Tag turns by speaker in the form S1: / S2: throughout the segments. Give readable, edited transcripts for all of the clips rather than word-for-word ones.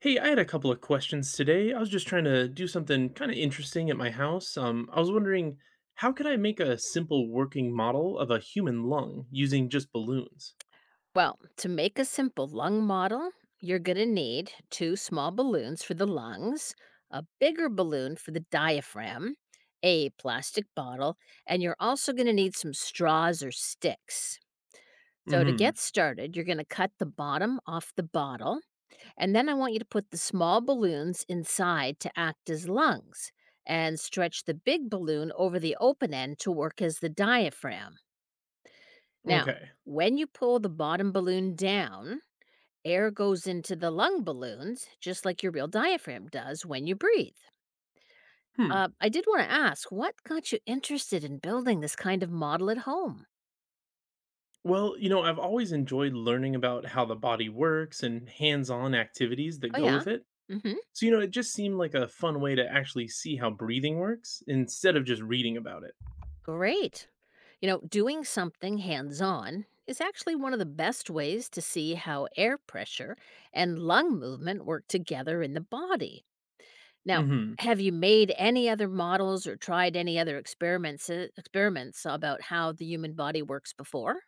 S1: Hey, I had a couple of questions today. I was just trying to do something kind of interesting at my house. I was wondering, how could I make a simple working model of a human lung using just balloons?
S2: Well, to make a simple lung model, you're going to need two small balloons for the lungs, a bigger balloon for the diaphragm, a plastic bottle, and you're also going to need some straws or sticks. So, to
S1: Mm-hmm.
S2: get started, you're going to cut the bottom off the bottle, and then I want you to put the small balloons inside to act as lungs, and stretch the big balloon over the open end to work as the diaphragm. Now,
S1: Okay.
S2: when you pull the bottom balloon down, air goes into the lung balloons, just like your real diaphragm does when you breathe.
S1: Hmm.
S2: I did want to ask, what got you interested in building this kind of model at home?
S1: Well, you know, I've always enjoyed learning about how the body works and hands-on activities that
S2: Oh,
S1: go
S2: yeah.
S1: with it.
S2: Hmm.
S1: So, you know, it just seemed like a fun way to actually see how breathing works instead of just reading about it.
S2: Great. You know, doing something hands on is actually one of the best ways to see how air pressure and lung movement work together in the body. Now,
S1: Mm-hmm.
S2: have you made any other models or tried any other experiments about how the human body works before?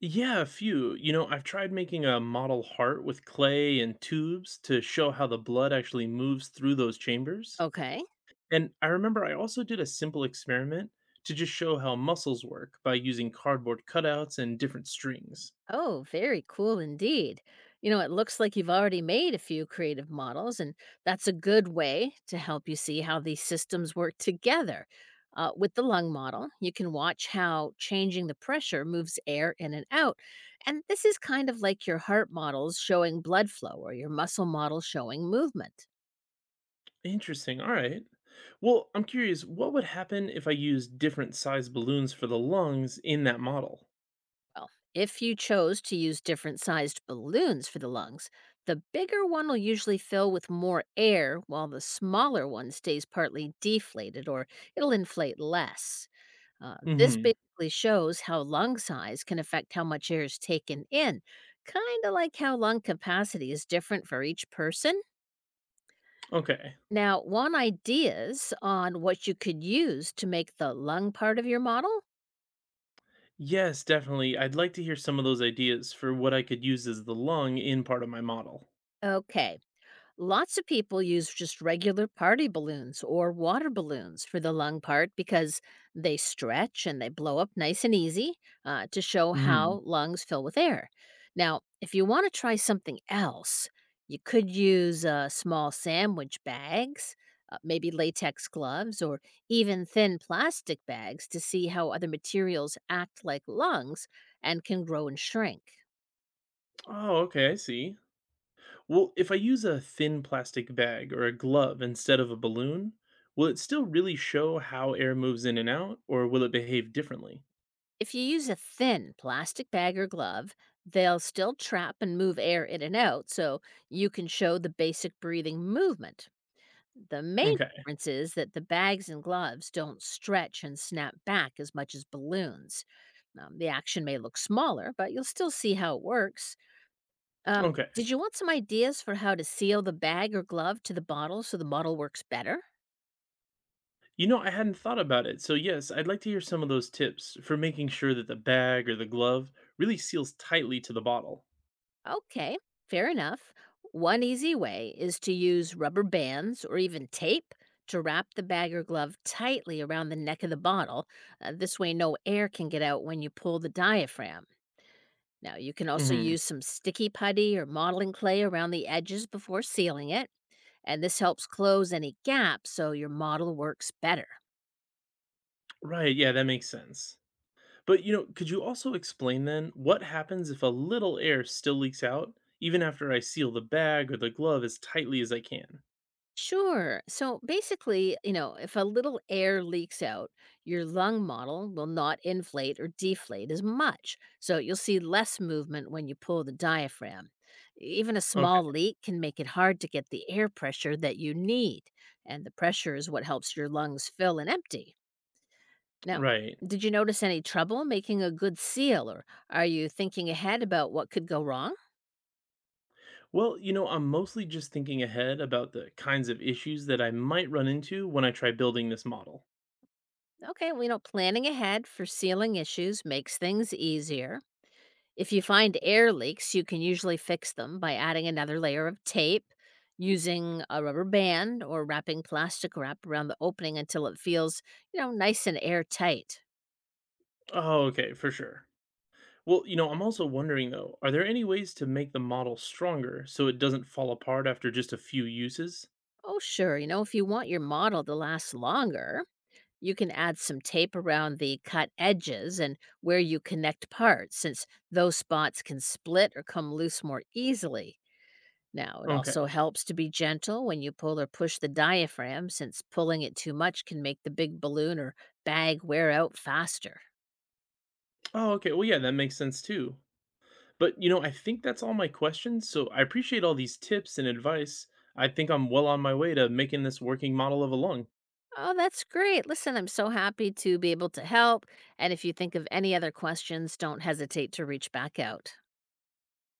S1: Yeah, a few. You know, I've tried making a model heart with clay and tubes to show how the blood actually moves through those chambers.
S2: Okay.
S1: And I remember I also did a simple experiment to just show how muscles work by using cardboard cutouts and different strings.
S2: Oh, very cool indeed. You know, it looks like you've already made a few creative models, and that's a good way to help you see how these systems work together. With the lung model, you can watch how changing the pressure moves air in and out. And this is kind of like your heart models showing blood flow or your muscle model showing movement.
S1: Interesting. All right. Well, I'm curious, what would happen if I used different size balloons for the lungs in that model?
S2: Well, if you chose to use different sized balloons for the lungs, the bigger one will usually fill with more air while the smaller one stays partly deflated or it'll inflate less. This
S1: Mhm.
S2: basically shows how lung size can affect how much air is taken in, kind of like how lung capacity is different for each person.
S1: Okay.
S2: Now, want ideas on what you could use to make the lung part of your model?
S1: Yes, definitely. I'd like to hear some of those ideas for what I could use as the lung in part of my model.
S2: Okay, lots of people use just regular party balloons or water balloons for the lung part because they stretch and they blow up nice and easy to show
S1: Mhm.
S2: how lungs fill with air. Now, if you want to try something else, you could use small sandwich bags, maybe latex gloves, or even thin plastic bags to see how other materials act like lungs and can grow and shrink.
S1: Oh, okay, I see. Well, if I use a thin plastic bag or a glove instead of a balloon, will it still really show how air moves in and out, or will it behave differently?
S2: If you use a thin plastic bag or glove, they'll still trap and move air in and out, so you can show the basic breathing movement. The main
S1: Okay,
S2: difference is that the bags and gloves don't stretch and snap back as much as balloons. The action may look smaller, but you'll still see how it works. Um,
S1: okay.
S2: did you want some ideas for how to seal the bag or glove to the bottle so the model works better?
S1: You know, I hadn't thought about it, so yes, I'd like to hear some of those tips for making sure that the bag or the glove really seals tightly to the bottle.
S2: Okay, fair enough. One easy way is to use rubber bands or even tape to wrap the bag or glove tightly around the neck of the bottle. This way, no air can get out when you pull the diaphragm. Now, you can also
S1: Hmm.
S2: use some sticky putty or modeling clay around the edges before sealing it, and this helps close any gaps so your model works better.
S1: Right, yeah, that makes sense. But, you know, could you also explain then what happens if a little air still leaks out, even after I seal the bag or the glove as tightly as I can?
S2: Sure. So basically, you know, if a little air leaks out, your lung model will not inflate or deflate as much. So you'll see less movement when you pull the diaphragm. Even a small
S1: Okay.
S2: leak can make it hard to get the air pressure that you need. And the pressure is what helps your lungs fill and empty. Now,
S1: Right.
S2: did you notice any trouble making a good seal, or are you thinking ahead about what could go wrong?
S1: Well, you know, I'm mostly just thinking ahead about the kinds of issues that I might run into when I try building this model.
S2: Okay, we know planning ahead for sealing issues makes things easier. If you find air leaks, you can usually fix them by adding another layer of tape, using a rubber band, or wrapping plastic wrap around the opening until it feels, you know, nice and airtight.
S1: Oh, okay, for sure. Well, you know, I'm also wondering though, are there any ways to make the model stronger so it doesn't fall apart after just a few uses?
S2: Oh, sure, you know, if you want your model to last longer, you can add some tape around the cut edges and where you connect parts, since those spots can split or come loose more easily. Now, it also
S1: Okay.
S2: helps to be gentle when you pull or push the diaphragm, since pulling it too much can make the big balloon or bag wear out faster.
S1: Oh, okay. Well, yeah, that makes sense too. But, you know, I think that's all my questions. So I appreciate all these tips and advice. I think I'm well on my way to making this working model of a lung.
S2: Oh, that's great. Listen, I'm so happy to be able to help. And if you think of any other questions, don't hesitate to reach back out.